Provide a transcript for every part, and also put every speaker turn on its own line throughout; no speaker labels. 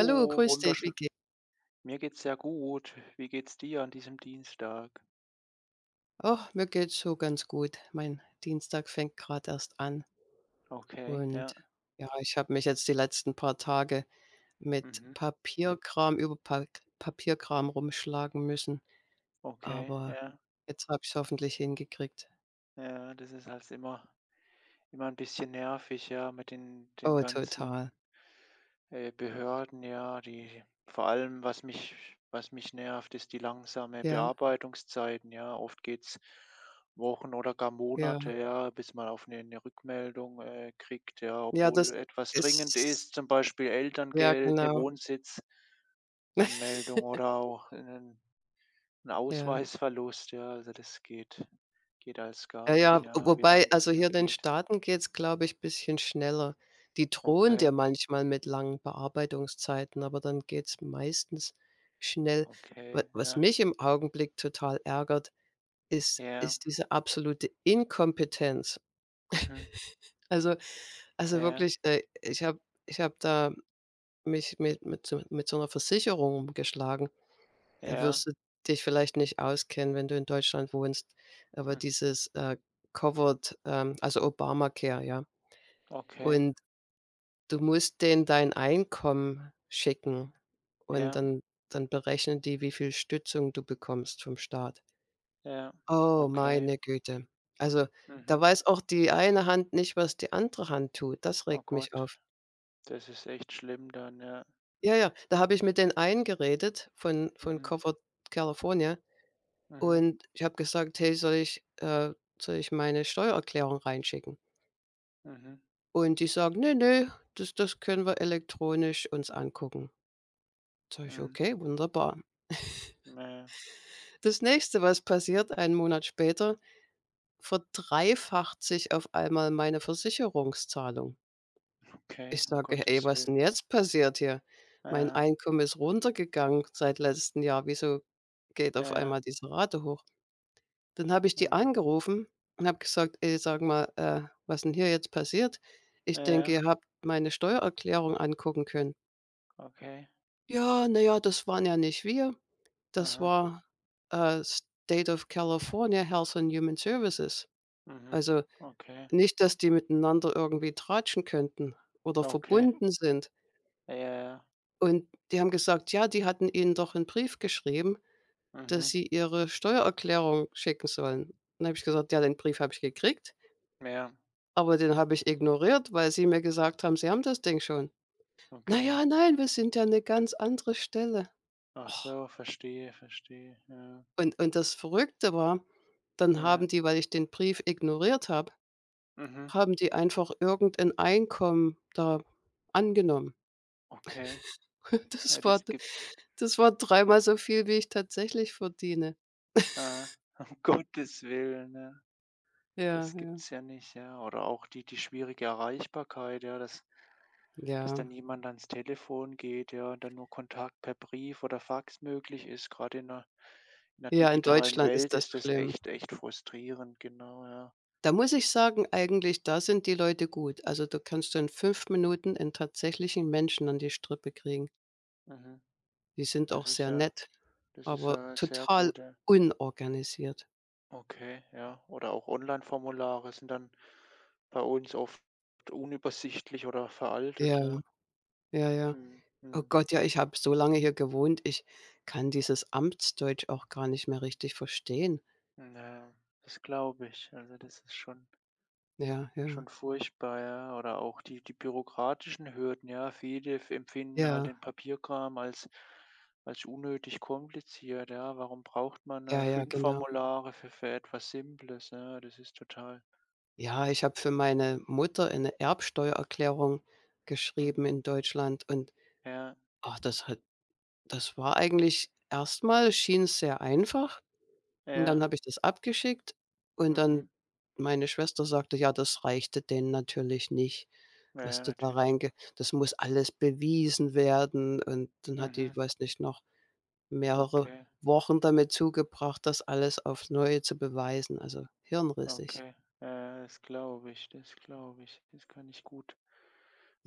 Hallo, grüß dich, wie
wunderschön.
geht's?
Mir geht's sehr gut. Wie geht's dir an diesem Dienstag?
Oh, mir geht's so ganz gut. Mein Dienstag fängt gerade erst an
Okay,
und
ja.
ja, ich habe mich jetzt die letzten paar Tage mit
Mhm.
Papierkram über Pa Papierkram rumschlagen müssen,
Okay,
aber
ja.
jetzt habe ich's hoffentlich hingekriegt.
Ja, das ist halt immer immer ein bisschen nervig, ja, mit den
Oh,
ganzen,
total.
Behörden, ja, die vor allem, was mich nervt, ist die langsame
Ja,
Bearbeitungszeiten, ja. Oft geht's Wochen oder gar Monate,
ja.
ja, bis man auf eine 'ne Rückmeldung, kriegt, ja,
Ja, das
obwohl etwas dringend
ist
ist, zum Beispiel
ja,
Elterngeld, eine
genau.
Wohnsitzanmeldung oder auch 'nen 'n
Ja.
Ausweisverlust, ja. Also, das geht alles gar
Ja,
nicht,
ja,
ja, wie
wobei
lange
also,
das
hier
dann
in den
geht.
Staaten geht's, glaube ich, bisschen schneller. Die drohen
Okay.
dir manchmal mit langen Bearbeitungszeiten, aber dann geht's meistens schnell. Wa
Okay,
was
ja,
mich im Augenblick total ärgert, ist
ja,
ist diese absolute Inkompetenz.
mhm,
Also also,
ja,
wirklich, ich habe da mich mit so einer Versicherung rumgeschlagen. Äh,
ja,
wirst du dich vielleicht nicht auskennen, wenn du in Deutschland wohnst, aber
hm,
dieses, Covered, also Obamacare, ja.
okay,
Und du musst denen dein Einkommen schicken und
ja,
dann berechnen die, wie viel Stützung du bekommst vom Staat.
ja,
Oh,
okay,
meine Güte. Also, da
mhm.
weiß auch die eine Hand nicht, was die andere Hand tut. Das
Oh
regt mich
Gott,
auf.
das ist echt schlimm dann, ja.
Ja, ja, da habe ich mit den einen geredet von
Mhm,
Covered California.
mhm,
Und ich habe gesagt: „Hey, soll ich meine Steuererklärung reinschicken?"
mhm,
Und die sagen: „Nee, nee, das können wir elektronisch uns angucken." Sage ich:
mhm,
„Okay, wunderbar."
ja,
Das Nächste, was passiert, einen Monat später, verdreifacht sich auf einmal meine Versicherungszahlung. Ich
okay, um
sage: „Ey,
Gottes
was
Willen.
'n jetzt passiert hier? Mein
Ja,
Einkommen ist runtergegangen seit letztem Jahr. Wieso geht auf
ja,
einmal diese Rate hoch?" Dann habe ich die
mhm,
angerufen und habe gesagt: „Ey, sag mal, was denn hier jetzt passiert? Ich denke,
ja,
ihr habt meine Steuererklärung angucken können."
okay,
„Ja, na ja, das waren ja nicht wir. Das
aha,
war, State of California Health and Human Services."
mhm,
Also,
okay,
nicht, dass die miteinander irgendwie tratschen könnten oder
okay,
verbunden sind.
ja, ja,
Und die haben gesagt: „Ja, die hatten ihnen doch 'n Brief geschrieben, dass
mhm,
sie ihre Steuererklärung schicken sollen." Dann habe ich gesagt: „Ja, den Brief habe ich gekriegt.
ja,
Aber den habe ich ignoriert, weil sie mir gesagt haben, sie haben das Ding schon." „Na
okay.
ja, nein, wir sind ja eine ganz andere Stelle."
Ach
Och.
so, verstehe, verstehe, ja,
Und das Verrückte war, dann haben
ja,
die, weil ich den Brief ignoriert habe,
mhm,
haben die einfach irgendein Einkommen da angenommen.
okay.
Das
Ja,
war
das gibt
das war dreimal so viel, wie ich tatsächlich verdiene.
Äh, um Gottes Willen, ne.
Ja,
Das
ja.
gibt's ja nicht, ja. Oder auch die schwierige Erreichbarkeit, ja, dass
Ja.
dann niemand ans Telefon geht, ja, und dann nur Kontakt per Brief oder Fax möglich ist. Gerade in 'ner
Ja, in
digitalen
Deutschland ist
Welt
das
ist das
schlimm.
echt, echt frustrierend, genau, ja.
Da muss ich sagen, eigentlich, da sind die Leute gut. Also, da kannst du in 5 Minuten einen tatsächlichen Menschen an die Strippe kriegen.
Mhm.
Die sind
Das
auch
ist
sehr
ja
nett,
das ist
aber
ja sehr
total
gut, ja.
unorganisiert.
Okay, ja. Oder auch Onlineformulare sind dann bei uns oft unübersichtlich oder veraltet,
Ja,
ja.
ja, ja.
Mhm,
Oh
mhm.
Gott, ja, ich habe so lange hier gewohnt, ich kann dieses Amtsdeutsch auch gar nicht mehr richtig verstehen.
Ja, das glaube ich. Also, das ist
Ja, ja,
schon furchtbar, ja. Oder auch die bürokratischen Hürden, ja. Viele f empfinden halt
ja,
den Papierkram als unnötig kompliziert, ja. Warum braucht man,
ja, ja,
5
genau.
Formulare für etwas Simples, ja? Das ist total
Ja, ich habe für meine Mutter eine Erbsteuererklärung geschrieben
mhm.
in Deutschland und,
Ja,
ach, das war eigentlich. Erstmal schien es sehr einfach und
ja,
dann habe ich das abgeschickt und dann
mhm.
meine Schwester sagte: „Ja, das reichte denen natürlich nicht,
Ja,
was
ja,
du da
natürlich
reinge
nicht.
das muss alles bewiesen werden." Und dann hat die,
Mhm.
weiß nicht, noch mehrere
Okay,
Wochen damit zugebracht, das alles aufs Neue zu beweisen, also hirnrissig.
okay. Ja, das glaube ich, das glaube ich. Das kann ich gut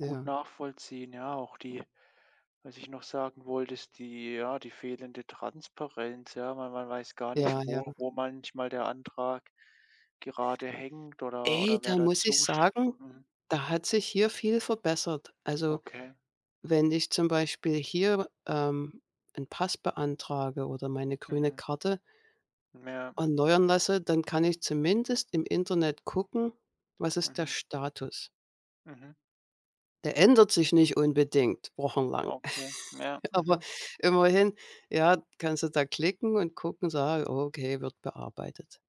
gut nachvollziehen. Ja, auch die was ich noch sagen wollte, ist die fehlende Transparenz, ja. Man man weiß gar nicht,
ja, ja.
wo manchmal der Antrag gerade hängt
Ey,
oder wer
da muss ich
dazu
sagen,
mhm,
da hat sich hier viel verbessert. Also,
okay,
wenn ich zum Beispiel hier, 'n Pass beantrage oder meine grüne
mhm,
Karte
ja,
erneuern lasse, dann kann ich zumindest im Internet gucken, was ist der
mhm,
Status.
mhm,
Der ändert sich nicht unbedingt wochenlang.
okay, mehr
Aber
mhm,
immerhin, ja, kannst du da klicken und gucken, so: „Ah, okay, wird bearbeitet."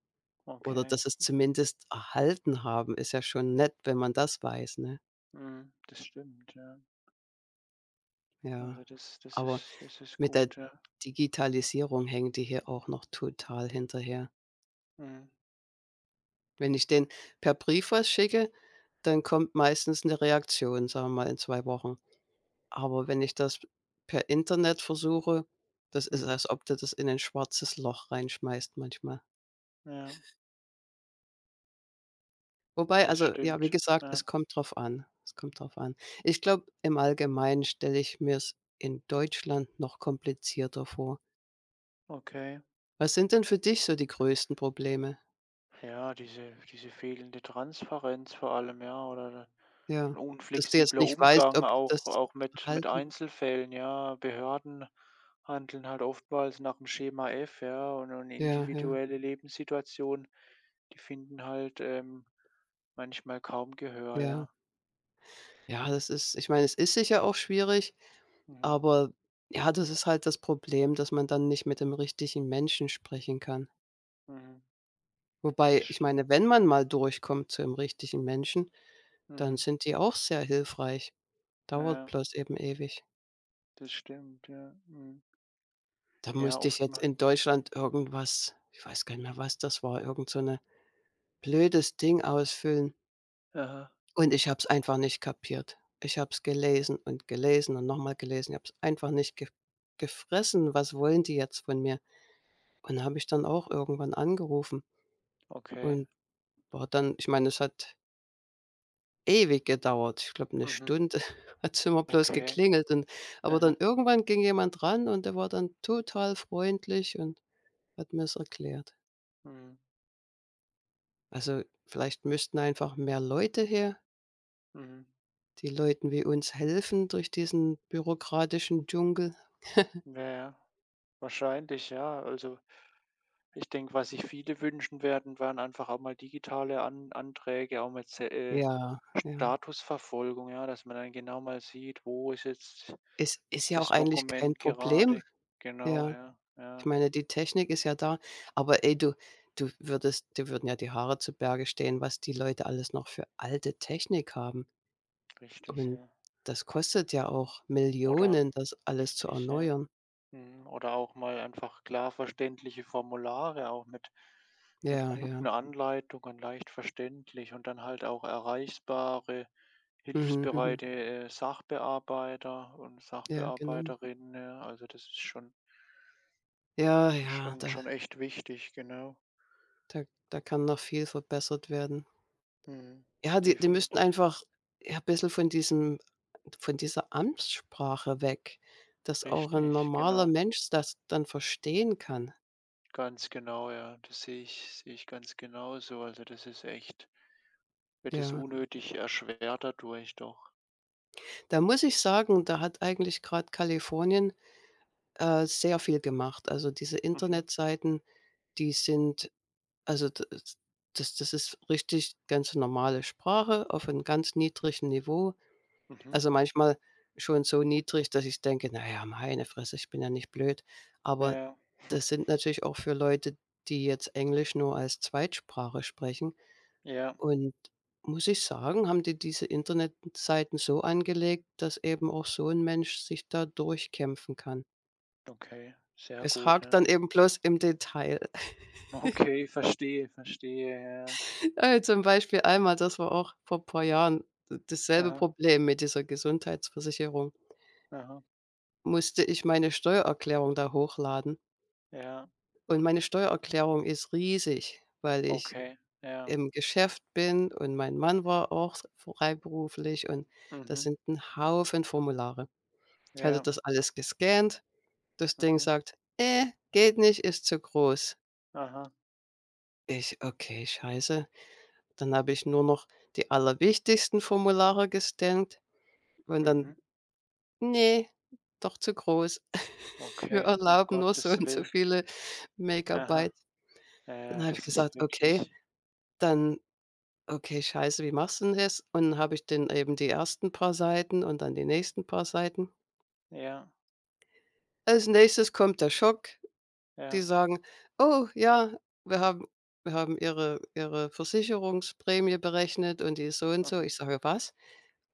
Oder
okay,
dass es zumindest erhalten haben, ist ja schon nett, wenn man das weiß, ne?
mhm, das stimmt, ja.
Ja,
Also, das das
aber
ist das ist
mit der
gut, ja.
Digitalisierung hängen die hier auch noch total hinterher.
Mhm,
Wenn ich denen per Brief was schicke, dann kommt meistens 'ne Reaktion, sagen wir mal, in 2 Wochen. Aber wenn ich das per Internet versuche, das ist,
mhm,
als ob du das in ein schwarzes Loch reinschmeißt manchmal.
ja,
Wobei
das
also, ja, wie
stimmt,
gesagt,
ja,
es kommt drauf an. Es kommt drauf an. Ich glaube, im Allgemeinen stelle ich mir's in Deutschland noch komplizierter vor.
okay.
Was sind denn für dich so die größten Probleme?
Ja, diese fehlende Transparenz vor allem, ja, oder ein
Ja, dass du jetzt
unflexibler
nicht weißt,
Umgang
ob die das
auch mit
halten.
Einzelfällen, ja. Behörden handeln halt oftmals nach dem Schema F, ja, und
Ja, ja,
individuelle Lebenssituationen, die finden halt, manchmal kaum Gehör,
ja.
ja.
Ja, das ist, ich meine, es ist sicher auch schwierig,
Mhm,
aber ja, das ist halt das Problem, dass man dann nicht mit dem richtigen Menschen sprechen kann.
mhm, das
Wobei, ich meine,
stimmt.
wenn man mal durchkommt zu dem richtigen Menschen, dann
Mhm,
sind die auch sehr hilfreich. Dauert
ja,
bloß eben ewig.
das stimmt, ja, mhm.
Da
Ja,
musste ich jetzt
oftmals
in Deutschland irgendwas, ich weiß gar nicht mehr, was das war, irgend so 'ne blödes Ding ausfüllen.
aha,
Und ich habe es einfach nicht kapiert. Ich habe es gelesen und gelesen und nochmal gelesen. Ich habe es einfach nicht ge gefressen. Was wollen die jetzt von mir? Und habe ich dann auch irgendwann angerufen
okay,
und war dann, ich meine, es hat ewig gedauert. Ich glaube, eine
mhm,
Stunde hat's immer bloß
okay,
geklingelt und aber dann
aha,
irgendwann ging jemand ran und der war dann total freundlich und hat mir's erklärt.
mhm,
Also, vielleicht müssten einfach mehr Leute her,
mhm.
die Leuten wie uns helfen durch diesen bürokratischen Dschungel.
Ja, ja, wahrscheinlich, ja. Also, ich denke, was sich viele wünschen werden, wären einfach auch mal digitale An Anträge, auch mal Z
Ja, ja.
Statusverfolgung, ja, dass man dann genau mal sieht, wo ist jetzt
Ist ja auch
das
eigentlich kein
Dokument
Problem.
gerade. Genau,
Ja,
ja,
ich
ja,
meine, die Technik ist ja da, aber ey, du du würdest dir würden ja die Haare zu Berge stehen, was die Leute alles noch für alte Technik haben. Ich
richtig,
meine,
ja.
das kostet ja auch
Oder
Millionen, das alles zu
richtig, ja.
erneuern.
Mhm, oder auch mal einfach klar verständliche Formulare, auch mit
Ja, ja.
guten Anleitungen, leicht verständlich und dann halt auch erreichbare,
Mhm, mhm.
hilfsbereite, Sachbearbeiter und
Ja, genau.
Sachbearbeiterinnen, ja. Also, das ist schon
Ja, ja,
schon schon echt wichtig, genau.
da da kann noch viel verbessert werden.
Mhm,
Ja, die müssten
definitiv.
einfach, ja, bisschen von diesem von dieser Amtssprache weg, dass auch ein
Richtig,
normaler
genau.
Mensch das dann verstehen kann.
Ganz genau, ja. Das sehe ich ganz genauso. Also, das ist echt wird es
Ja.
unnötig erschwert dadurch doch.
Da muss ich sagen, da hat eigentlich gerade Kalifornien, sehr viel gemacht. Also, diese
Mhm,
Internetseiten, die sind also, d das das ist richtig ganz normale Sprache auf 'n ganz niedrigen Niveau.
mhm.
Also, manchmal schon so niedrig, dass ich denke: „Na ja, meine Fresse, ich bin ja nicht blöd." Aber
Ja. Hm.
das sind natürlich auch für Leute, die jetzt Englisch nur als Zweitsprache sprechen.
Ja,
Und muss ich sagen, haben die diese Internetseiten so angelegt, dass eben auch so ein Mensch sich da durchkämpfen kann.
okay, sehr
Es
gut,
hakt
ja.
dann eben bloß im Detail.
Okay, verstehe, verstehe, ja.
Zum Beispiel einmal, das war auch vor ein paar Jahren d dasselbe
Aha,
Problem mit dieser Gesundheitsversicherung,
aha,
musste ich meine Steuererklärung da hochladen.
ja,
Und meine Steuererklärung ist riesig, weil ich
okay, ja,
im Geschäft bin und mein Mann war auch freiberuflich und das
mhm,
sind ein Haufen Formulare. Ich hatte
ja,
das alles gescannt. Das Ding
mhm,
sagt: Geht nicht, ist zu groß."
aha,
Ich: „Okay, scheiße." Dann habe ich nur noch die allerwichtigsten Formulare gescannt und dann:
mhm,
nee, doch zu groß. „Wir
okay, um
erlauben nur so
Gottes
und so
Willen.
viele
Aha,
Megabyte." Dann
ja,
habe ich
das ist
gesagt:
wirklich
„Okay, dann. Okay, scheiße, wie machst du 'n das?" Und dann habe ich dann eben die ersten paar Seiten und dann die nächsten paar Seiten.
ja,
Als Nächstes kommt der Schock. Die
ja,
sagen: „Oh ja, wir haben wir haben Ihre Versicherungsprämie berechnet und die ist so und so."
mhm,
Ich sage: „Was?"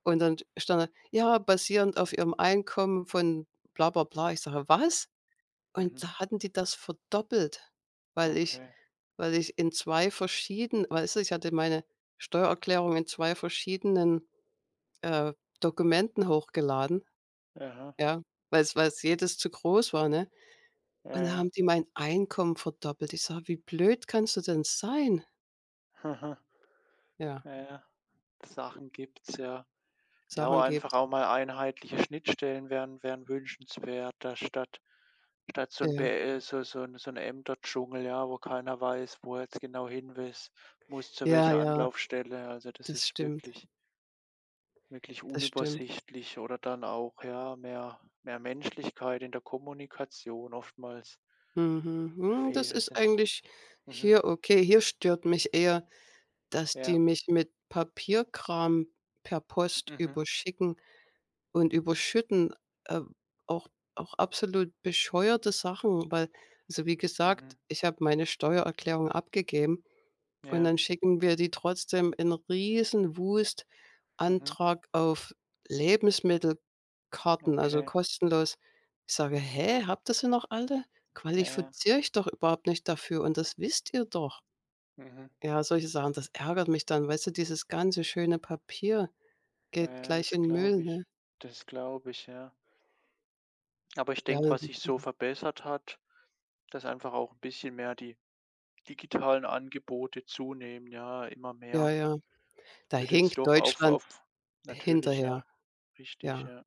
Und dann stand da: „Ja, basierend auf Ihrem Einkommen von bla bla bla." Ich sage: „Was?"
mhm,
Und da hatten die das verdoppelt, weil ich
okay,
weil ich in 2 verschiedenen, weißt du, ich hatte meine Steuererklärung in 2 verschiedenen äh, Dokumenten hochgeladen,
aha,
ja, weil's jedes zu groß war, ne?
ja,
Und da
ja,
haben die mein Einkommen verdoppelt. Ich sage: „Wie blöd kannst du denn sein?"
aha,
Ja,
ja, ja. Sachen gibt's, ja. Ja, wo
Sachen
einfach
gibt's.
auch mal einheitliche Schnittstellen wären wünschenswert, da statt Statt so ein BE
Ja.
äh, so 'n Ämterdschungel, ja, wo keiner weiß, wo er jetzt genau hinwiss muss, zu
Ja,
welcher
ja,
Anlaufstelle. Also, das
das
ist
stimmt,
wirklich wirklich
das stimmt.
unübersichtlich oder dann auch, ja, mehr Menschlichkeit in der Kommunikation oftmals
Mhm. Hm, das
fehl
ist
sind.
eigentlich
Mhm.
hier okay. Hier stört mich eher, dass die
Ja.
mich mit Papierkram per Post
Mhm.
überschicken. Und überschütten, äh, auch auch absolut bescheuerte Sachen, weil, also, wie gesagt,
Mhm.
ich habe meine Steuererklärung abgegeben und
Ja.
dann schicken wir die trotzdem in Riesenwust
Mhm.
Antrag auf Lebensmittelkarten, also
Okay.
kostenlos. Ich sage: „Hä, habt ihr sie noch alle?
Ja, ja.
Qualifiziere ich doch überhaupt nicht dafür und das wisst ihr doch."
Mhm.
Ja, solche Sachen, das ärgert mich dann, weißt du, dieses ganze schöne Papier
Ja,
geht
ja,
gleich
das
in den Müll,
glaube ich.
ne?
Das glaube ich, ja. Aber ich
Ja,
denke,
ja,
was sich so verbessert hat, dass einfach auch ein bisschen mehr die digitalen Angebote zunehmen, ja, immer
ja,
mehr.
ja. Da
Wird
hinkt
jetzt doch
Deutschland
auf natürlich,
hinterher,
ja, richtig,
ja.
ja.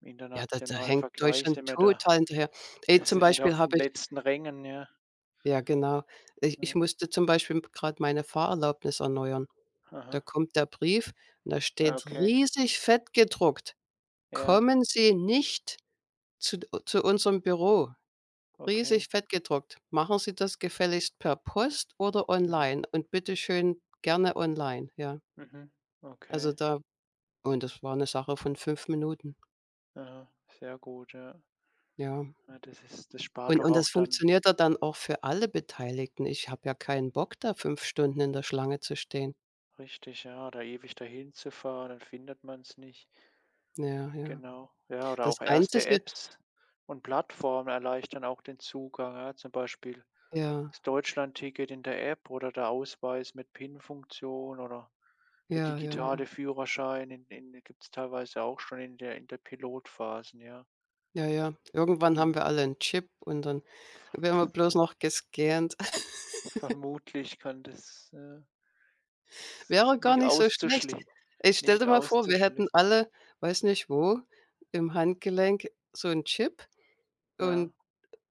Im
Ja, da
internationalen
hinkt
Vergleich
Deutschland
sind wir da
total hinterher. Ey, zum
sind wir da
Beispiel
auf den
habe ich,
letzten Rängen, ja.
ja, genau. Ich
Ja,
musste zum Beispiel grad meine Fahrerlaubnis erneuern. Da
aha,
kommt der Brief und da
ah,
steht
okay,
riesig fett gedruckt:
ja,
„Kommen Sie nicht zu zu unserem Büro." Riesig
okay.
fett gedruckt. „Machen Sie das gefälligst per Post oder
Mhm,
online und bitte schön gerne online." Ja,
mhm, okay,
also da, und das war 'ne Sache von 5 Minuten,
aha, sehr gut, ja.
ja.
Ja, das spart
Und
doch
und das
auch dann
funktioniert ja dann auch für alle Beteiligten. Ich habe ja keinen Bock, da 5 Stunden in der Schlange zu stehen.
richtig, ja, da ewig dahin zu fahren, dann findet man es nicht.
Ja, ja.
Genau, ja, oder
Das
auch erste
Einzige,
Apps und Plattformen erleichtern auch den Zugang, ja, zum Beispiel
ja,
das Deutschlandticket in der App oder der Ausweis mit PIN-Funktion oder der
ja, ja, ja.
digitale Führerschein, in gibt's teilweise auch schon in der Pilotphasen, ja.
Ja, ja. Irgendwann haben
Mhm.
wir alle einen Chip und dann werden wir bloß noch gescannt.
Vermutlich ist
Wäre gar nicht so schlecht. Ich stell
nicht
dir mal vor, wir hätten
auszuschließen.
alle, weiß nicht wo, im Handgelenk so 'n Chip
Ja,
und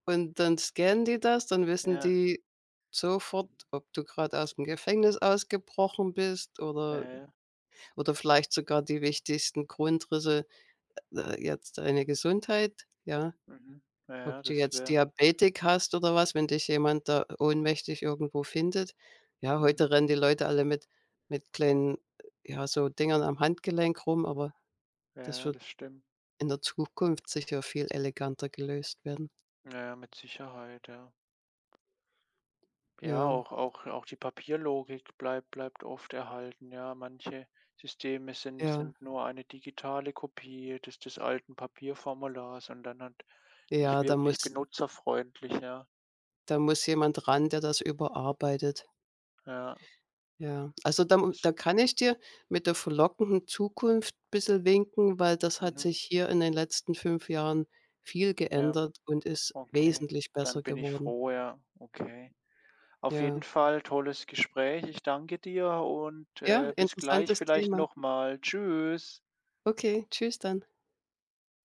dann scannen die das, dann wissen
ja,
die sofort, ob du gerade aus dem Gefängnis ausgebrochen bist
ja,
oder
ja.
oder vielleicht sogar die wichtigsten Grundrisse, jetzt deine Gesundheit, ja.
Mhm. Ja,
Ob
ja,
du
das
jetzt
wäre
Diabetik hast oder was, wenn dich jemand da ohnmächtig irgendwo findet. Ja,
mhm.
heute rennen die Leute alle mit kleinen, ja, so Dingern am Handgelenk rum, aber
Ja,
das
ja,
wird
das stimmt.
in der Zukunft sicher viel eleganter gelöst werden.
Ja, ja, mit Sicherheit, ja. Ja,
Ja,
auch die Papierlogik bleibt oft erhalten, ja. Manche Systeme
ja,
sind nur eine digitale Kopie des alten Papierformulars und dann halt nicht
ja, da
wirklich
muss
benutzerfreundlich, ja.
da muss jemand ran, der das überarbeitet.
Ja,
Ja, also da
das
kann ich dir mit der verlockenden Zukunft ein bisschen winken, weil das hat
mhm,
sich hier in den letzten 5 Jahren viel
ja,
geändert und ist
okay.
wesentlich besser
Dann bin ich
geworden.
froh, ja, okay. Auf jeden
Ja.
Fall tolles Gespräch. Ich danke dir und,
Ja,
bis gleich
interessantes
vielleicht
Thema.
noch mal. Tschüss.
Okay, tschüss dann.